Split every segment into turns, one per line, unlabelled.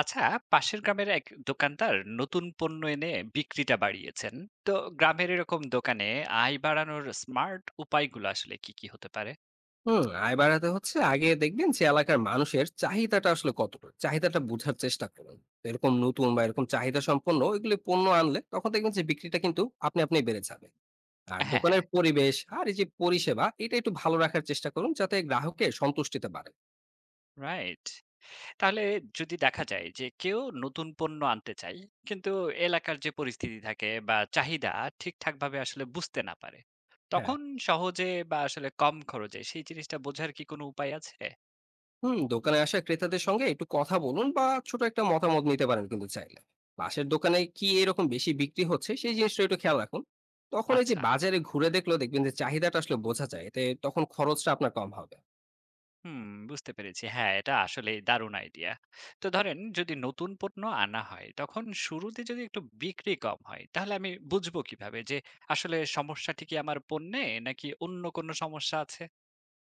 আচ্ছা, পাশের গ্রামের এক দোকানদার নতুন পণ্য এনে বিক্রিটা বাড়িয়েছেন। তো গ্রামের এরকম দোকানে আয় বাড়ানোর স্মার্ট উপায়গুলো আসলে কি কি হতে পারে?
আয় বাড়াতে হচ্ছে আগে দেখবেন যে এলাকার মানুষের চাহিদাটা আসলে কতটা, চাহিদাটা বোঝার চেষ্টা করুন। তো এরকম নতুন বা এরকম চাহিদা সম্পন্ন এগুলি পণ্য আনলে তখন দেখবেন যে বিক্রিটা কিন্তু আপনি আপনি বেড়ে যাবে। আর
হ্যাঁ,
দোকানের পরিবেশ আর এই যে পরিষেবা, এটা একটু ভালো রাখার চেষ্টা করুন যাতে গ্রাহকের সন্তুষ্টিতে বাড়ে।
রাইট। তাহলে যদি দেখা যায় যে কেউ নতুন পণ্য আনতে চায়, কিন্তু এলাকার যে পরিস্থিতি থাকে বা চাহিদা ঠিকঠাক ভাবে আসলে বুঝতে না পারে,
হ্যাঁ।
তখন সহজে বা আসলে কম খরচে সেই জিনিসটা বোঝার কি কোনো উপায় আছে?
দোকানে আসা ক্রেতাদের সঙ্গে একটু কথা বলুন বা ছোট একটা মতামত নিতে পারেন কিন্তু, চাইলে পাশের দোকানে কি এরকম বেশি বিক্রি হচ্ছে সেই জিনিসটা একটু খেয়াল রাখুন। তখন এই যে
আচ্ছা,
বাজারে ঘুরে দেখলো, দেখবেন যে চাহিদাটা আসলে বোঝা যায়, এতে তখন খরচটা আপনার কম হবে।
হুম, বুঝতে পেরেছি। হ্যাঁ, এটা আসলেই দারুণ আইডিয়া। তো ধরেন যদি নতুন পণ্য আনা হয়, তখন শুরুতে যদি একটু বিক্রি কম হয়, তাহলে আমি বুঝবো কিভাবে যে আসলে সমস্যাটি কি আমার পণ্যে নাকি অন্য কোনো সমস্যা আছে?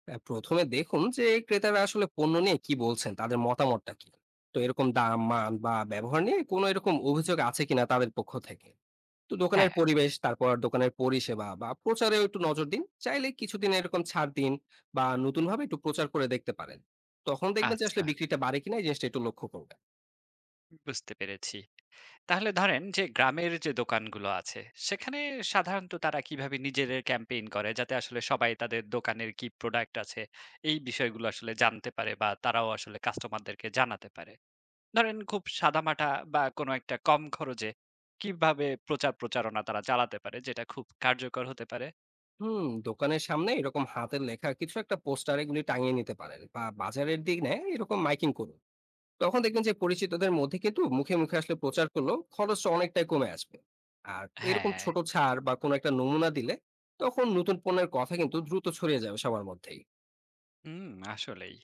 তাই প্রথমে দেখুন যে ক্রেতারা আসলে পণ্য নিয়ে কি বলছেন, তাদের মতামতটা কি। তো এরকম দাম, মান বা ব্যবহার নিয়ে কোনো এরকম অভিযোগ আছে কিনা তাদের পক্ষ থেকে। তো দোকানের
হ্যাঁ,
পরিবেশ, তারপর দোকানের পরিষেবা বা প্রচারেও একটু নজর দিন। চাইলে কিছুদিন এরকম ছাড় দিন বা নতুনভাবে একটু প্রচার করে দেখতে পারেন। তখন দেখবেন যে আসলে
আচ্ছা,
বিক্রিটা বাড়ে কিনা, এই জিনিসটা একটু লক্ষ্য করবেন।
বুঝতে পেরেছি। তাহলে ধরেন যে গ্রামের যে দোকানগুলো আছে, সেখানে সাধারণত তারা কিভাবে নিজেদের ক্যাম্পেইন করে, যাতে আসলে সবাই তাদের দোকানের কি প্রোডাক্ট আছে এই বিষয়গুলো আসলে জানতে পারে বা তারাও আসলে কাস্টমারদেরকে জানাতে পারে? ধরেন খুব সাদামাটা বা কোনো একটা কম খরচে কিভাবে প্রচার প্রচারণা তারা চালাতে পারে যেটা খুব কার্যকর হতে পারে?
দোকানের সামনে এরকম হাতের লেখা কিছু একটা পোস্টার এগুলি টাঙিয়ে নিতে পারেন বা বাজারের দিনে এরকম মাইকিং করুন। তখন দেখবেন যে পরিচিতদের মধ্যে কিন্তু মুখে মুখে আসলে প্রচার করলেও খরচটা অনেকটাই কমে আসবে। আর এরকম
হ্যাঁ,
ছোট ছাড় বা কোনো একটা নমুনা দিলে তখন নতুন পণ্যের কথা কিন্তু দ্রুত ছড়িয়ে যাবে সবার মধ্যেই।
হুম, আসলেই।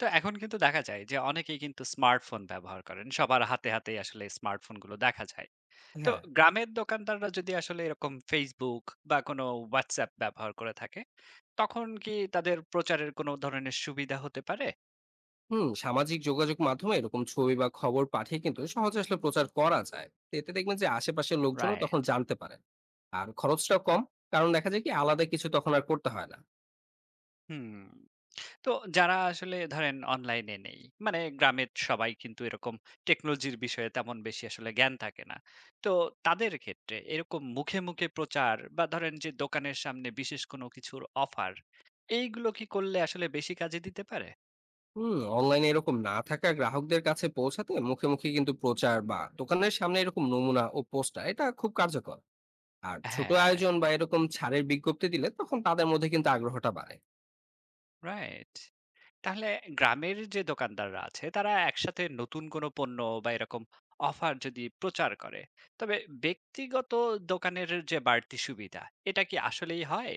তো এখন কিন্তু দেখা যায় যে অনেকেই কিন্তু স্মার্টফোন ব্যবহার করেন। সবার হাতে, হাতেই আসলে স্মার্টফোনগুলো দেখা যায়। তো
হ্যাঁ।
গ্রামের দোকানদাররা যদি আসলে এরকম Facebook বা কোনো WhatsApp ব্যবহার করে থাকে, তখন কি তাদের প্রচারের কোনো ধরনের সুবিধা হতে পারে?
সামাজিক যোগাযোগ মাধ্যমে এরকম ছবি বা খবর পাঠিয়ে কিন্তু সহজে আসলে প্রচার করা যায়। তো এতে দেখবেন যে আশেপাশের লোকজন তখন
রাইট,
জানতে পারে, আর খরচটাও কম, কারণ দেখা যায় কি আলাদা কিছু তখন আর করতে হয় না।
হুম। তো যারা আসলে ধরেন অনলাইনে নেই, মানে গ্রামের সবাই কিন্তু এরকম টেকনোলজির বিষয়ে তেমন বেশি আসলে জ্ঞান থাকে না, তো তাদের ক্ষেত্রে এরকম মুখে মুখে প্রচার বা ধরেন যে দোকানের সামনে বিশেষ কোনো কিছুর অফার, এইগুলো কি করলে আসলে বেশি কাজে দিতে পারে?
অনলাইনে এরকম না থাকা গ্রাহকদের কাছে পৌঁছাতে মুখে মুখে কিন্তু প্রচার বা দোকানের সামনে এরকম নমুনা ও পোস্টার, এটা খুব কার্যকর। আর ছোট
হ্যাঁ,
আয়োজন বা এরকম ছাড়ের বিজ্ঞপ্তি দিলে তখন তাদের মধ্যে কিন্তু আগ্রহটা বাড়ে।
রাইট। তাহলে গ্রামের যে দোকানদাররা আছে তারা একসাথে নতুন কোনো পণ্য বা এরকম অফার যদি প্রচার করে, তবে ব্যক্তিগত দোকানের যে বাড়তি সুবিধা, এটা কি আসলেই হয়?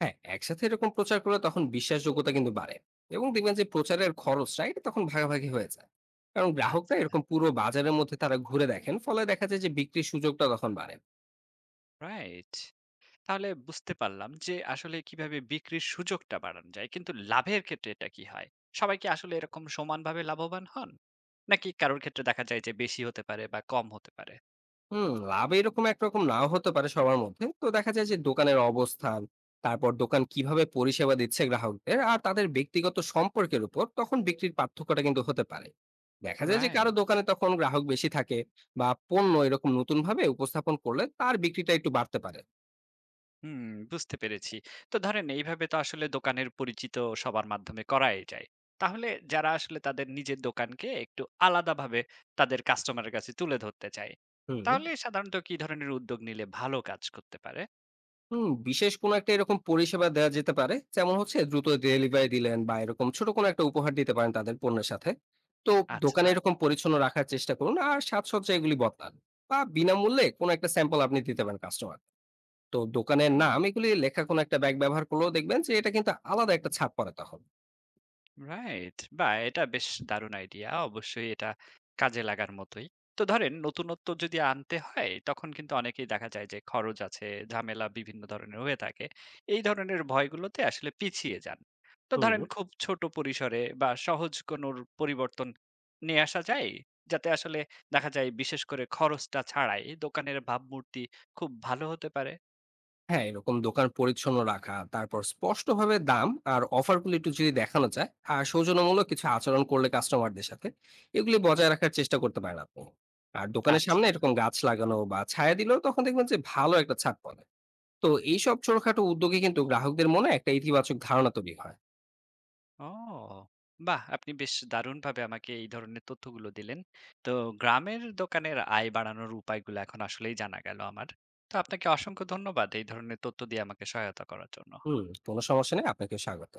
হ্যাঁ, একসাথে এরকম প্রচার করলে তখন বিশ্বাসযোগ্যতা কিন্তু বাড়ে, এবং দেখবেন যে প্রচারের খরচটা এটা তখন ভাগাভাগি হয়ে যায়। কারণ গ্রাহকরা
আচ্ছা,
এরকম পুরো বাজারের মধ্যে তারা ঘুরে দেখেন, ফলে দেখা যায় যে বিক্রির সুযোগটা তখন বাড়ে।
রাইট। তাহলে বুঝতে পারলাম যে আসলে কিভাবে বিক্রির সুযোগটা বাড়ানো যায়। কিন্তু লাভের ক্ষেত্রে এটা কি হয়? সবাই কি আসলে এরকম সমানভাবে লাভবান হন? নাকি কারোর ক্ষেত্রে দেখা যায় যে বেশি হতে পারে বা কম হতে পারে?
লাভ এরকম একরকম নাও হতে পারে সবার মধ্যে। তো দেখা যায় যে দোকানের অবস্থান, তারপর দোকান কিভাবে পরিষেবা দিচ্ছে গ্রাহকদের, আর তাদের ব্যক্তিগত সম্পর্কের উপর তখন বিক্রির পার্থক্যটা কিন্তু হতে পারে। দেখা যায় যে কারো
রাইট।
দোকানে তখন গ্রাহক বেশি থাকে বা পণ্য এরকম নতুন ভাবে উপস্থাপন করলে তার বিক্রিটা একটু বাড়তে পারে।
হুম, বুঝতে পেরেছি। তো ধরেন এইভাবে তো আসলে দোকানের পরিচিত সবার মাধ্যমে করাই যায়। তাহলে যারা আসলে তাদের নিজের দোকানকে একটু আলাদাভাবে তাদের কাস্টমারের কাছে তুলে ধরতে চায়,
হুম।
তাহলে সাধারণত কি ধরনের উদ্যোগ নিলে ভালো কাজ করতে পারে?
বিশেষ কোনো একটা এরকম পরিষেবা দেওয়া যেতে পারে। যেমন হচ্ছে দ্রুত ডেলিভারি দিলেন বা এরকম ছোট কোনো একটা উপহার দিতে পারেন তাদের পণ্যের সাথে। তো
আচ্ছা,
দোকানে এরকম পরিচ্ছন্ন রাখার চেষ্টা করুন আর সাজসজ্জা এগুলি বদলান। বা বিনামূল্যে কোনো একটা স্যাম্পল আপনি দিতে পারেন কাস্টমার। তো দোকানের
হুম।
নাম এগুলি লেখা কোনো একটা ব্যাগ ব্যবহার করলেও দেখবেন যে এটা কিন্তু আলাদা একটা ছাপ পড়ে তখন।
রাইট। বাহ! এটা বেশ দারুণ আইডিয়া। অবশ্যই এটা কাজে লাগার মতোই। তো ধরেন নতুনত্ব যদি আনতে হয়, তখন কিন্তু অনেকেই দেখা যায় যে খরচ আছে, ঝামেলা বিভিন্ন ধরনের হয়ে থাকে। এই ধরনের ভয়গুলোতে আসলে পিছিয়ে যান। তো
হুম।
ধরেন খুব ছোট পরিসরে বা সহজ কোনো পরিবর্তন নিয়ে আসা যায়, যাতে আসলে দেখা যায় বিশেষ করে খরচটা ছাড়াই দোকানের ভাবমূর্তি খুব ভালো হতে পারে?
হ্যাঁ, এরকম দোকান পরিচ্ছন্ন রাখা, তারপর স্পষ্টভাবে দাম আর অফারগুলো একটু যদি দেখানো যায়, আর সৌজন্যমূলক কিছু আচরণ করলে কাস্টমারদের সাথে, এগুলি বজায় রাখার চেষ্টা করতে পারেন আপনি। আর দোকানের সামনে
আচ্ছা।
এরকম গাছ লাগানো বা ছায়া দিলেও তখন দেখবেন যে ভালো একটা ছাপ পড়ে। তো এইসব ছোটখাটো উদ্যোগে কিন্তু গ্রাহকদের মনে একটা ইতিবাচক ধারণা তৈরি হয়।
ও! বাহ! আপনি বেশ দারুণভাবে আমাকে এই ধরনের তথ্যগুলো দিলেন। তো গ্রামের দোকানের আয় বাড়ানোর উপায়গুলো এখন আসলেই জানা গেল আমার। তো আপনাকে অসংখ্য ধন্যবাদ এই ধরনের তথ্য দিয়ে আমাকে সহায়তা করার জন্য।
হুম, কোনো সমস্যা নেই। আপনাকেও স্বাগত।